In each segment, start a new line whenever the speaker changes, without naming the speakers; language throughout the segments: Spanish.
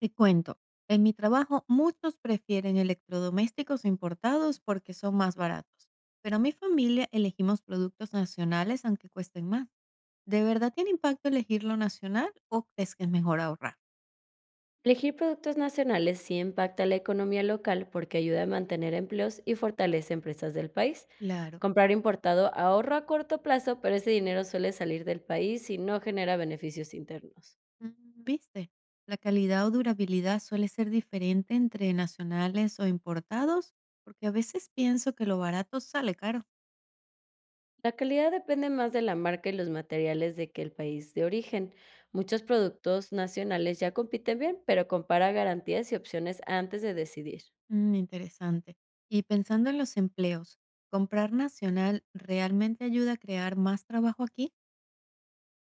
Te cuento, en mi trabajo muchos prefieren electrodomésticos importados porque son más baratos, pero mi familia elegimos productos nacionales aunque cuesten más. ¿De verdad tiene impacto elegir lo nacional o crees que es mejor ahorrar?
Elegir productos nacionales sí impacta la economía local porque ayuda a mantener empleos y fortalece empresas del país.
Claro.
Comprar importado ahorra a corto plazo, pero ese dinero suele salir del país y no genera beneficios internos.
Mm, ¿viste? La calidad o durabilidad suele ser diferente entre nacionales o importados porque a veces pienso que lo barato sale caro.
La calidad depende más de la marca y los materiales de que el país de origen. Muchos productos nacionales ya compiten bien, pero compara garantías y opciones antes de decidir.
Mm, interesante. Y pensando en los empleos, ¿comprar nacional realmente ayuda a crear más trabajo aquí?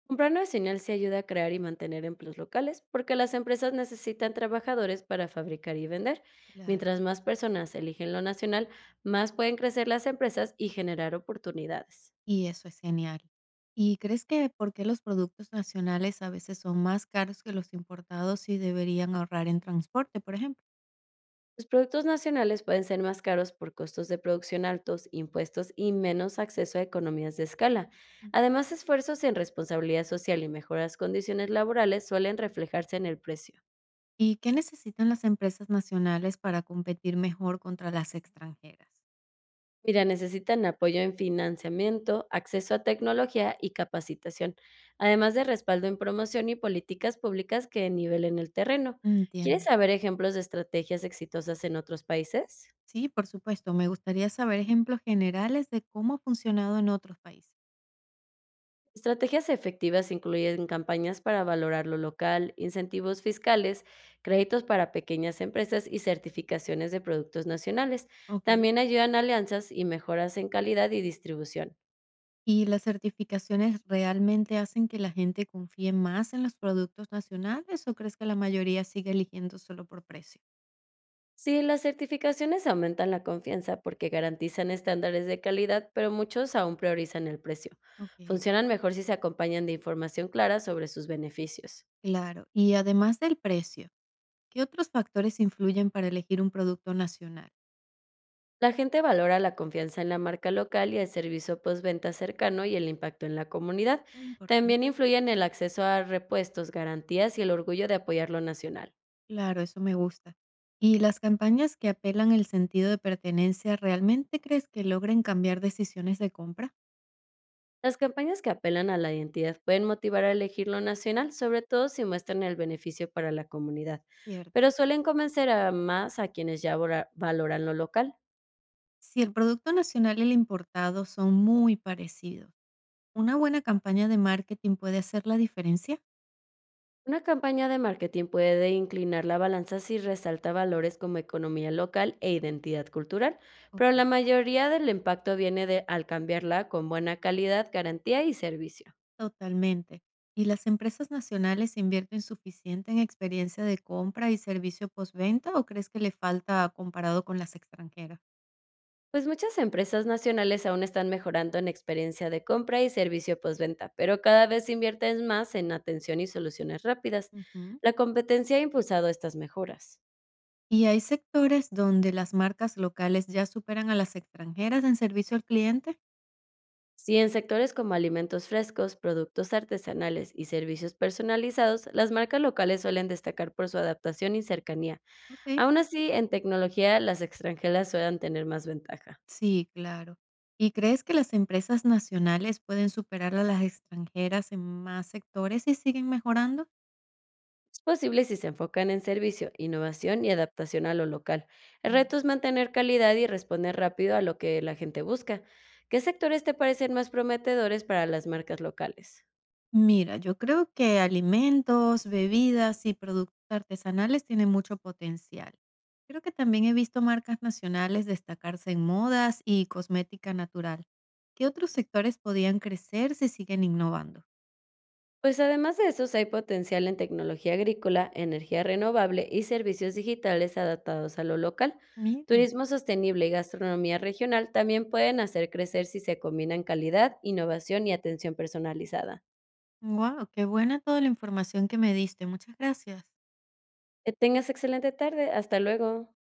Comprar nueva señal sí ayuda a crear y mantener empleos locales, porque las empresas necesitan trabajadores para fabricar y vender.
Claro.
Mientras más personas eligen lo nacional, más pueden crecer las empresas y generar oportunidades.
Y eso es genial. ¿Y crees que por qué los productos nacionales a veces son más caros que los importados y deberían ahorrar en transporte, por ejemplo?
Los productos nacionales pueden ser más caros por costos de producción altos, impuestos y menos acceso a economías de escala. Además, esfuerzos en responsabilidad social y mejoras condiciones laborales suelen reflejarse en el precio.
¿Y qué necesitan las empresas nacionales para competir mejor contra las extranjeras?
Mira, necesitan apoyo en financiamiento, acceso a tecnología y capacitación, además de respaldo en promoción y políticas públicas que nivelen el terreno.
Entiendo.
¿Quieres saber ejemplos de estrategias exitosas en otros países?
Sí, por supuesto. Me gustaría saber ejemplos generales de cómo ha funcionado en otros países.
Estrategias efectivas incluyen campañas para valorar lo local, incentivos fiscales, créditos para pequeñas empresas y certificaciones de productos nacionales.
Ok.
También ayudan a alianzas y mejoras en calidad y distribución.
¿Y las certificaciones realmente hacen que la gente confíe más en los productos nacionales o crees que la mayoría sigue eligiendo solo por precio?
Sí, las certificaciones aumentan la confianza porque garantizan estándares de calidad, pero muchos aún priorizan el precio.
Ok,
Funcionan mejor si se acompañan de información clara sobre sus beneficios.
claro. Y además del precio, ¿qué otros factores influyen para elegir un producto nacional?
La gente valora la confianza en la marca local y el servicio postventa cercano y el impacto en la comunidad.
Ah,
También
importante.
influyen el acceso a repuestos, garantías y el orgullo de apoyar lo nacional.
Claro, eso me gusta. ¿Y las campañas que apelan el sentido de pertenencia realmente crees que logren cambiar decisiones de compra?
Las campañas que apelan a la identidad pueden motivar a elegir lo nacional, sobre todo si muestran el beneficio para la comunidad,
Cierto.
pero suelen convencer a más a quienes ya valoran lo local.
Si el producto nacional y el importado son muy parecidos, una buena campaña de marketing puede hacer la diferencia.
Una campaña de marketing puede inclinar la balanza si resalta valores como economía local e identidad cultural,
Ok.
pero la mayoría del impacto viene de al cambiarla con buena calidad, garantía y servicio.
Totalmente. ¿Y las empresas nacionales invierten suficiente en experiencia de compra y servicio postventa o crees que le falta comparado con las extranjeras?
Pues muchas empresas nacionales aún están mejorando en experiencia de compra y servicio postventa, pero cada vez invierten más en atención y soluciones rápidas.
Ujú.
La competencia ha impulsado estas mejoras.
¿Y hay sectores donde las marcas locales ya superan a las extranjeras en servicio al cliente?
Si en sectores como alimentos frescos, productos artesanales y servicios personalizados, las marcas locales suelen destacar por su adaptación y cercanía.
Ok.
Aún así, en tecnología, las extranjeras suelen tener más ventaja.
Sí, claro. ¿Y crees que las empresas nacionales pueden superar a las extranjeras en más sectores y siguen mejorando?
Es posible si se enfocan en servicio, innovación y adaptación a lo local. El reto es mantener calidad y responder rápido a lo que la gente busca. ¿Qué sectores te parecen más prometedores para las marcas locales?
Mira, yo creo que alimentos, bebidas y productos artesanales tienen mucho potencial. Creo que también he visto marcas nacionales destacarse en modas y cosmética natural. ¿Qué otros sectores podían crecer si siguen innovando?
Pues además de esos hay potencial en tecnología agrícola, energía renovable y servicios digitales adaptados a lo local.
Mira.
Turismo sostenible y gastronomía regional también pueden hacer crecer si se combinan calidad, innovación y atención personalizada.
Wow, qué buena toda la información que me diste. Muchas gracias.
Que tengas excelente tarde. Hasta luego.